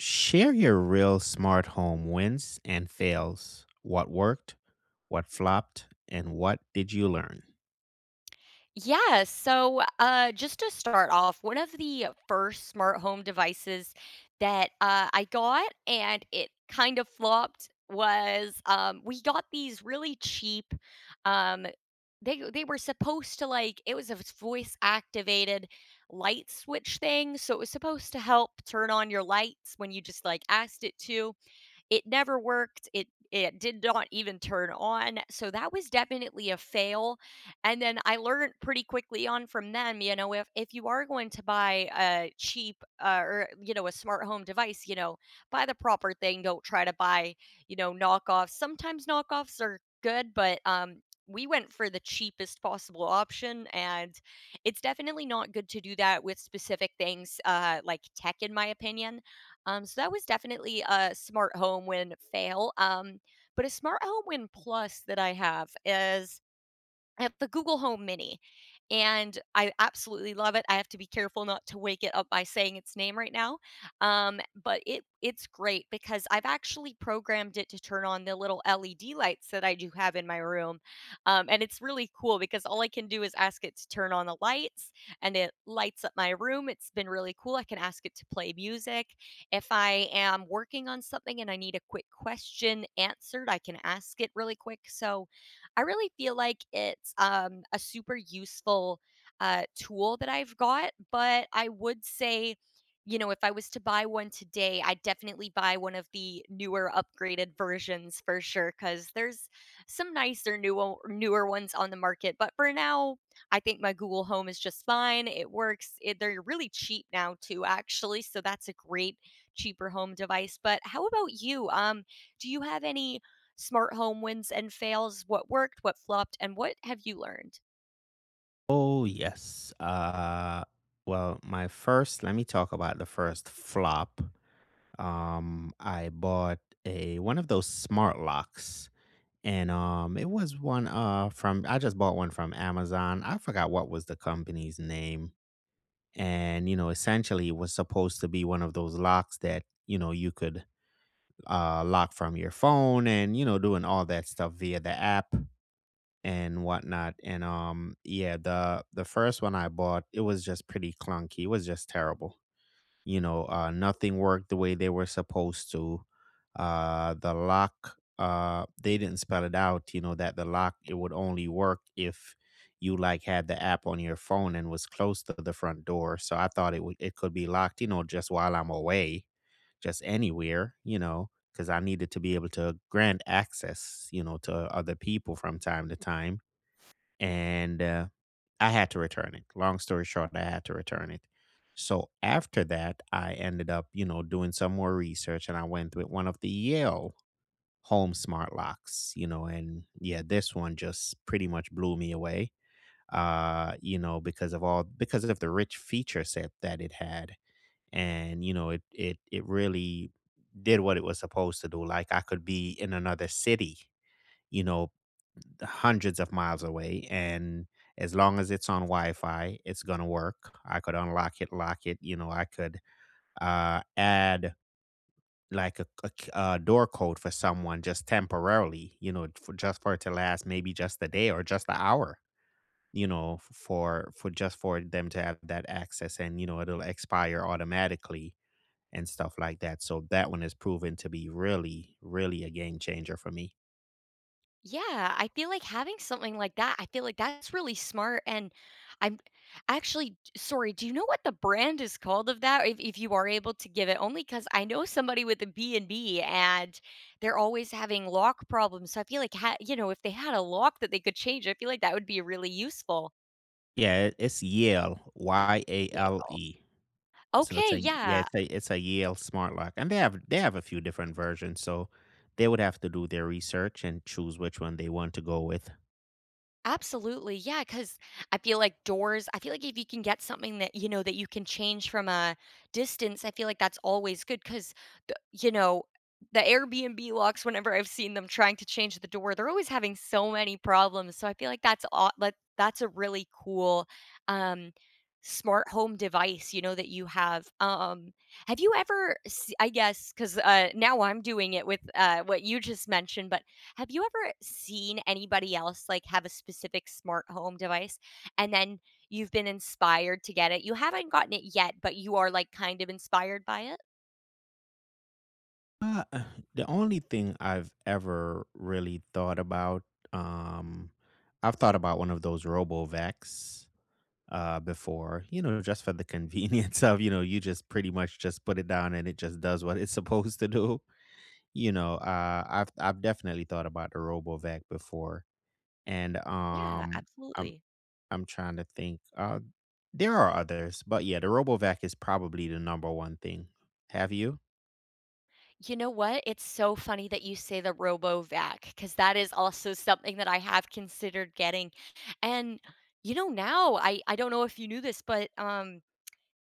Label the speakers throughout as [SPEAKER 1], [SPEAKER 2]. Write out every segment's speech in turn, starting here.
[SPEAKER 1] Share your real smart home wins and fails. What worked, what flopped, and what did you learn?
[SPEAKER 2] Yeah, so just to start off, one of the first smart home devices that I got and it kind of flopped was we got these really cheap. Um, they were supposed to like it was a voice activated light switch thing, so it was supposed to help turn on your lights when you just like asked it to it never worked. It did not even turn on. So that was definitely a fail. And then I learned pretty quickly on from them, you know, if you are going to buy a cheap or you know a smart home device, you know, buy the proper thing. Don't try to buy, you know, knockoffs. Sometimes knockoffs are good, but we went for the cheapest possible option and it's definitely not good to do that with specific things like tech in my opinion. So that was definitely a smart home win fail. But a smart home win plus that I have is I have the Google Home Mini, and I absolutely love it. I have to be careful not to wake it up by saying its name right now. But it's great because I've actually programmed it to turn on the little LED lights that I do have in my room. And it's really cool because all I can do is ask it to turn on the lights, and it lights up my room. It's been really cool. I can ask it to play music. If I am working on something and I need a quick question answered, I can ask it really quick. So I really feel like it's a super useful tool that I've got, but I would say, you know, if I was to buy one today, I'd definitely buy one of the newer, upgraded versions for sure, because there's some nicer, new, newer ones on the market. But for now, I think my Google Home is just fine. It works. It, they're really cheap now too, actually. So that's a great cheaper home device. But how about you? Do you have any smart home wins and fails, what worked, what flopped, and what have you learned?
[SPEAKER 1] Oh, yes. Well, my first, let me talk about the first flop. I bought a one of those smart locks, and it was one from I just bought one from Amazon. I forgot what was the company's name, and you know, essentially, it was supposed to be one of those locks that you know you could lock from your phone and you know doing all that stuff via the app and whatnot and yeah, the first one I bought, it was just pretty clunky. It was just terrible, you know. Nothing worked the way they were supposed to. The lock, they didn't spell it out, you know, that the lock, it would only work if you like had the app on your phone and was close to the front door. So I thought it would it could be locked, you know, just while I'm away, just anywhere, you know, because I needed to be able to grant access, you know, to other people from time to time. And I had to return it. Long story short, I had to return it. So after that, I ended up, you know, doing some more research, and I went with one of the Yale home smart locks, you know, and yeah, this one just pretty much blew me away. You know, because of the rich feature set that it had, and you know, it really did what it was supposed to do. Like, I could be in another city, you know, hundreds of miles away, and as long as it's on Wi-Fi, it's going to work. I could unlock it, lock it, you know. I could add like a door code for someone just temporarily, you know, for just for it to last maybe just a day or just an hour, you know, f- for just for them to have that access, and you know, it'll expire automatically and stuff like that. So that one has proven to be really, really a game changer for me.
[SPEAKER 2] Yeah, I feel like having something like that, I feel like that's really smart. And I'm actually sorry, do you know what the brand is called of that? If you are able to give it, only because I know somebody with a B and B and they're always having lock problems. So I feel like, you know, if they had a lock that they could change, I feel like that would be really useful.
[SPEAKER 1] Yeah, it's Yale, Y A
[SPEAKER 2] Yeah.
[SPEAKER 1] L E. So it's
[SPEAKER 2] Okay,
[SPEAKER 1] a yeah,
[SPEAKER 2] yeah.
[SPEAKER 1] it's a Yale smart lock, and they have a few different versions. So they would have to do their research and choose which one they want to go with.
[SPEAKER 2] Absolutely, yeah. Because I feel like doors I feel like if you can get something that, you know, that you can change from a distance, I feel like that's always good, 'cause the you know, the Airbnb locks, whenever I've seen them trying to change the door, they're always having so many problems. So I feel like that's aw like, that's a really cool, um, smart home device, you know, that you have. Have you ever s I guess, 'cause, now I'm doing it with, what you just mentioned, but have you ever seen anybody else, like, have a specific smart home device, and then you've been inspired to get it? You haven't gotten it yet, but you are, like, kind of inspired by it?
[SPEAKER 1] Uh, uh, the only thing I've ever really thought about, um, I've thought about one of those RoboVacs before, you know, just for the convenience of, you know, you just pretty much just put it down and it just does what it's supposed to do. You know, I've definitely thought about the RoboVac before, and
[SPEAKER 2] Yeah,
[SPEAKER 1] I'm
[SPEAKER 2] absolutely.
[SPEAKER 1] I'm trying to think. There are others, but yeah, the RoboVac is probably the number one thing. Have you?
[SPEAKER 2] You know what? It's so funny that you say the Robovac because that is also something that I have considered getting, and, you know, now I don't know if you knew this, but,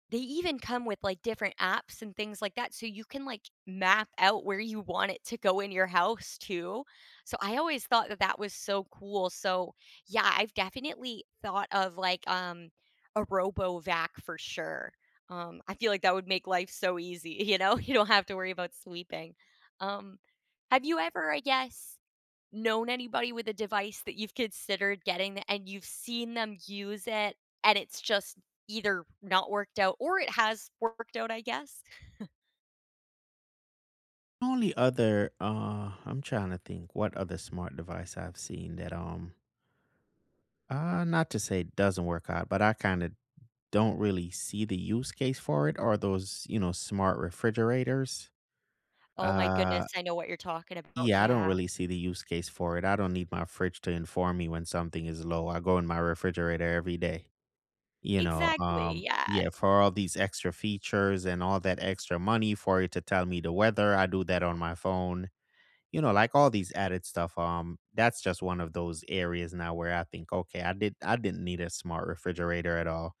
[SPEAKER 2] they even come with, like, different apps and things like that, so you can, like, map out where you want it to go in your house too. So I always thought that that was so cool. So, yeah, I've definitely thought of, like, a robo-vac for sure. I feel like that would make life so easy, you know? You don't have to worry about sweeping. Um, have you ever, I guess known anybody with a device that you've considered getting and you've seen them use it and it's just either not worked out or it has worked out, I guess?
[SPEAKER 1] Only other, I'm trying to think what other smart device I've seen that not to say it doesn't work out, but I kind of don't really see the use case for it, are those, you know, smart refrigerators.
[SPEAKER 2] Oh my goodness,
[SPEAKER 1] Uh,
[SPEAKER 2] I know what you're talking about.
[SPEAKER 1] yeah, I don't
[SPEAKER 2] Yeah.
[SPEAKER 1] really see the use case for it. I don't need my fridge to inform me when something is low. I go in my refrigerator every day, you know.
[SPEAKER 2] Exactly, yeah. I
[SPEAKER 1] Yeah, for all these extra features and all that extra money for it to tell me the weather, I do that on my phone. You know, like all these added stuff. That's just one of those areas now where I think, okay, I did I didn't need a smart refrigerator at all.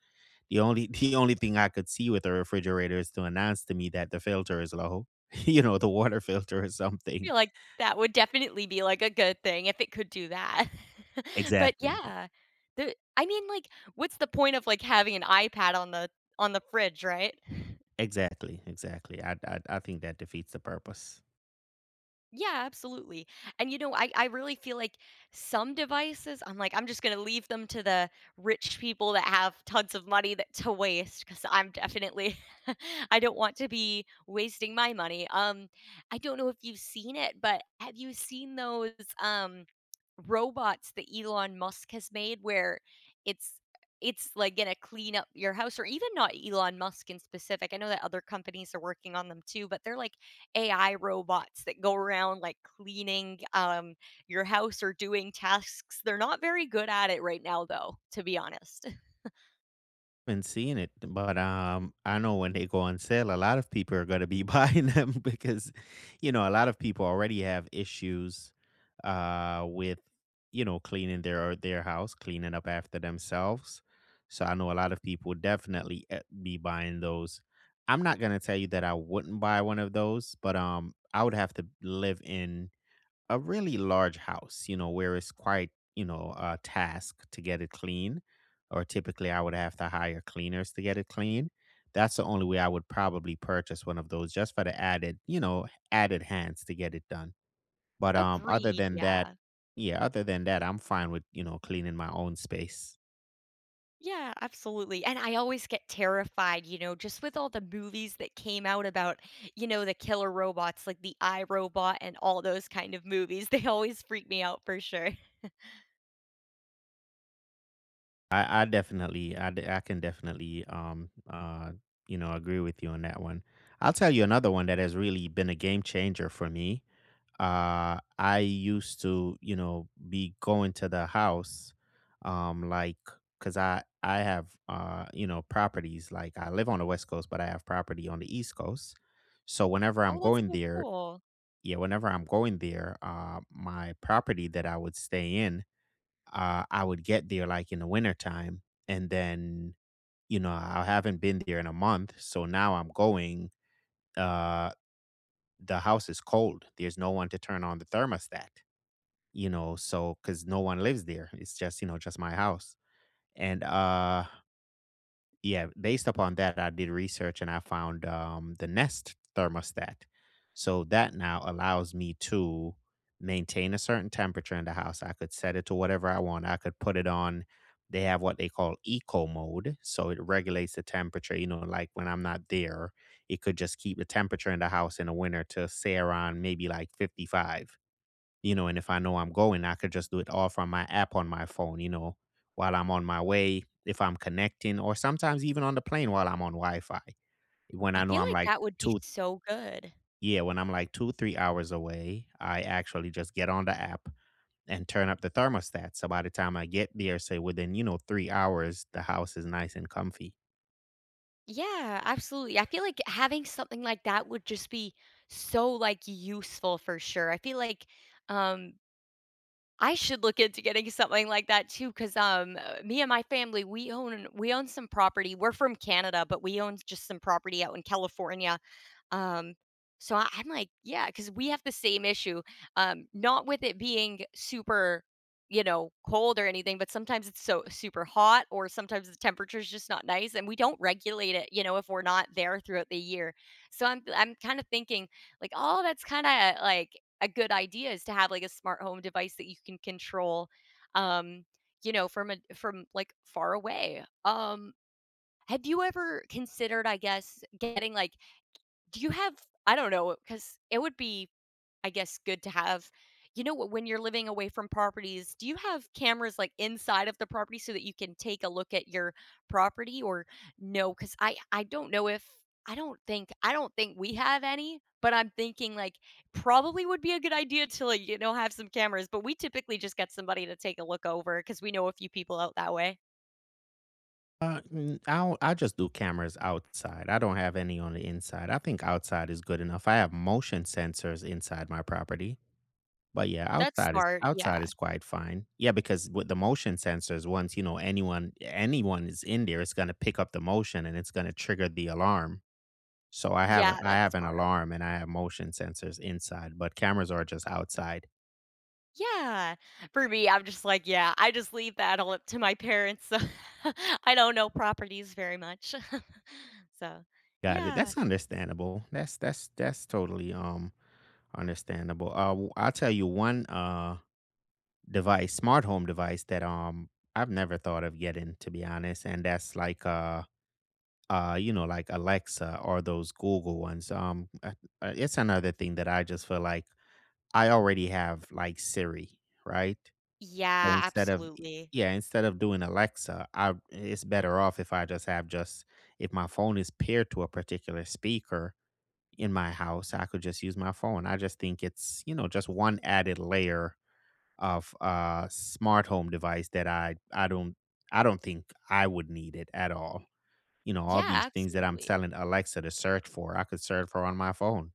[SPEAKER 1] The only the only thing I could see with a refrigerator is to announce to me that the filter is low, you know, the water filter or something.
[SPEAKER 2] feel like that would definitely be, like, a good thing if it could do that. But
[SPEAKER 1] Exactly.
[SPEAKER 2] yeah, the I mean, like, what's the point of, like, having an iPad on the fridge, right?
[SPEAKER 1] Exactly, exactly. I think that defeats the purpose.
[SPEAKER 2] Yeah, absolutely. And you know, I really feel like some devices, I'm like, I'm just gonna leave them to the rich people that have tons of money that to waste because I'm definitely I don't want to be wasting my money. I don't know if you've seen it, but have you seen those um robots that Elon Musk has made where it's it's like gonna clean up your house or even not Elon Musk in specific. I know that other companies are working on them too, but they're like AI robots that go around, like, cleaning, your house or doing tasks. They're not very good at it right now, though, to be honest.
[SPEAKER 1] Been seeing it, but I know when they go on sale, a lot of people are going to be buying them because, you know, a lot of people already have issues, with, you know, cleaning their house, cleaning up after themselves. So I know a lot of people would definitely be buying those. I'm not going to tell you that I wouldn't buy one of those, but I would have to live in a really large house, you know, where it's quite, you know, a task to get it clean, or typically I would have to hire cleaners to get it clean. That's the only way I would probably purchase one of those, just for the added, you know, added hands to get it done. But other
[SPEAKER 2] Agreed,
[SPEAKER 1] than that,
[SPEAKER 2] yeah.
[SPEAKER 1] yeah, other than that, I'm fine with, you know, cleaning my own space.
[SPEAKER 2] Yeah, absolutely, and I always get terrified, you know, just with all the movies that came out about, you know, the killer robots, like the iRobot and all those kind of movies. They always freak me out for sure.
[SPEAKER 1] I definitely I can definitely you know, agree with you on that one. I'll tell you another one that has really been a game changer for me. I used to, you know, be going to the house, um like because I have, you know, properties. Like, I live on the West Coast, but I have property on the East Coast. So whenever I'm
[SPEAKER 2] Oh, that's
[SPEAKER 1] going
[SPEAKER 2] so
[SPEAKER 1] there,
[SPEAKER 2] cool.
[SPEAKER 1] yeah, whenever I'm going there, my property that I would stay in, I would get there like in the wintertime, and then you know, I haven't been there in a month, so now I'm going, uh the house is cold, there's no one to turn on the thermostat, you know, so because no one lives there. It's just, you know, just my house. And yeah, based upon that, I did research and I found the Nest thermostat. So that now allows me to maintain a certain temperature in the house. I could set it to whatever I want. I could put it on. They have what they call eco mode. So it regulates the temperature, you know, like when I'm not there, it could just keep the temperature in the house in the winter to say around maybe like 55, you know. And if I know I'm going, I could just do it all from my app on my phone, you know, while I'm on my way, if I'm connecting, or sometimes even on the plane while I'm on Wi Fi. When
[SPEAKER 2] I
[SPEAKER 1] I know
[SPEAKER 2] feel
[SPEAKER 1] I'm
[SPEAKER 2] like
[SPEAKER 1] like
[SPEAKER 2] that would be
[SPEAKER 1] two,
[SPEAKER 2] so good.
[SPEAKER 1] yeah, when I'm like two, 3 hours away, I actually just get on the app and turn up the thermostat. So by the time I get there, say within, you know, 3 hours, the house is nice and comfy.
[SPEAKER 2] Yeah, absolutely. I feel like having something like that would just be so like useful for sure. I feel like um I should look into getting something like that too cuz me and my family we own some property. We're from Canada, but we own just some property out in California. um, so I'm like, yeah, because we have the same issue, not with it being super, you know, cold or anything, but sometimes it's so super hot or sometimes the temperature is just not nice and we don't regulate it, you know, if we're not there throughout the year. So I'm kinda thinking like, "Oh, that's kinda like a good idea is to have like a smart home device that you can control, um, you know, from like far away." Have you ever considered, I guess, getting like do you have I don't know, because it would be, I guess, good to have you know what, when you're living away from properties, do you have cameras like inside of the property so that you can take a look at your property or no? Because I don't know if I don't think we have any, but I'm thinking like probably would be a good idea to like, you know, have some cameras. But we typically just get somebody to take a look over because we know a few people out that way.
[SPEAKER 1] I don't- I just do cameras outside. I don't have any on the inside. I think outside is good enough. I have motion sensors inside my property. But yeah,
[SPEAKER 2] That's smart. Yeah.
[SPEAKER 1] outside is quite fine. Yeah, because with the motion sensors, once, you know, anyone is in there, it's gonna pick up the motion, and it's gonna trigger the alarm. So
[SPEAKER 2] Yeah,
[SPEAKER 1] I
[SPEAKER 2] that's
[SPEAKER 1] have an
[SPEAKER 2] smart.
[SPEAKER 1] alarm, and I have motion sensors inside, but cameras are just outside.
[SPEAKER 2] Yeah. For me, I'm just like, yeah, I just leave that all up to my parents. So I don't know properties very much. So,
[SPEAKER 1] Got it.
[SPEAKER 2] yeah.
[SPEAKER 1] That's understandable. That's totally understandable. I'll tell you one device, smart home device, that I've never thought of getting, to be honest, and that's like you know, like Alexa or those Google ones. It's another thing that I just feel like I already have like Siri, right? So
[SPEAKER 2] Yeah,
[SPEAKER 1] instead of
[SPEAKER 2] absolutely.
[SPEAKER 1] yeah, instead of doing Alexa, I it's better off if I just have just if my phone is paired to a particular speaker in my house, I could just use my phone. I just think it's, you know, just one added layer of smart home device that I don't think I would need it at all. You know, all
[SPEAKER 2] Yeah,
[SPEAKER 1] these things that I'm
[SPEAKER 2] absolutely.
[SPEAKER 1] telling Alexa to search for, I could search for on my phone.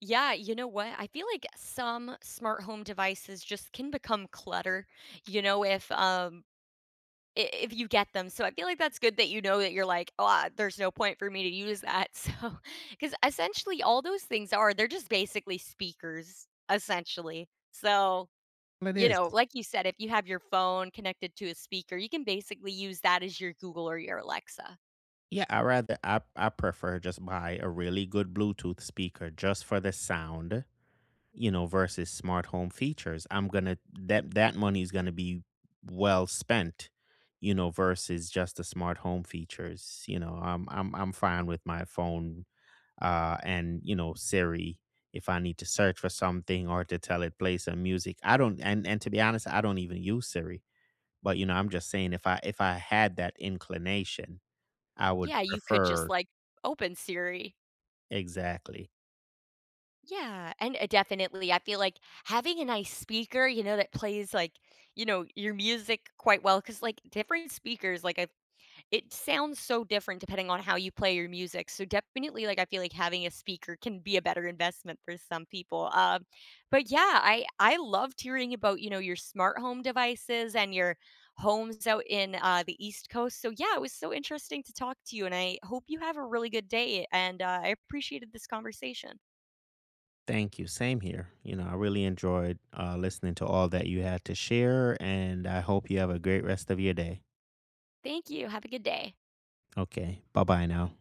[SPEAKER 2] Yeah, you know what? I feel like some smart home devices just can become clutter, you know, if you get them. So I feel like that's good that you know that you're like, "Oh, ah, there's no point for me to use that." So, because essentially all those things are they're just basically speakers, essentially. So,
[SPEAKER 1] Well, it
[SPEAKER 2] you
[SPEAKER 1] is.
[SPEAKER 2] know, like you said, if you have your phone connected to a speaker, you can basically use that as your Google or your Alexa.
[SPEAKER 1] Yeah, I rather I prefer just buy a really good Bluetooth speaker just for the sound, you know, versus smart home features. I'm gonna that that money is gonna be well spent, you know, versus just the smart home features. You know, I'm fine with my phone, and you know, Siri, if I need to search for something or to tell it play some music. I don't, and to be honest, I don't even use Siri. But, you know, I'm just saying, if I had that inclination, I would
[SPEAKER 2] Yeah, you could just,
[SPEAKER 1] prefer,
[SPEAKER 2] like, open Siri.
[SPEAKER 1] exactly.
[SPEAKER 2] Yeah, and, definitely, I feel like having a nice speaker, you know, that plays, like, you know, your music quite well, because like, different speakers, like, I It sounds so different depending on how you play your music, so definitely, like, I feel like having a speaker can be a better investment for some people, but yeah, I loved hearing about, you know, your smart home devices and your homes out in, the East Coast, so yeah, it was so interesting to talk to you, and I hope you have a really good day, and, I appreciated this conversation.
[SPEAKER 1] Thank you, same here. You know, I really enjoyed, listening to all that you had to share, and I hope you have a great rest of your day.
[SPEAKER 2] Thank you, have a good day.
[SPEAKER 1] Okay, bye-bye now.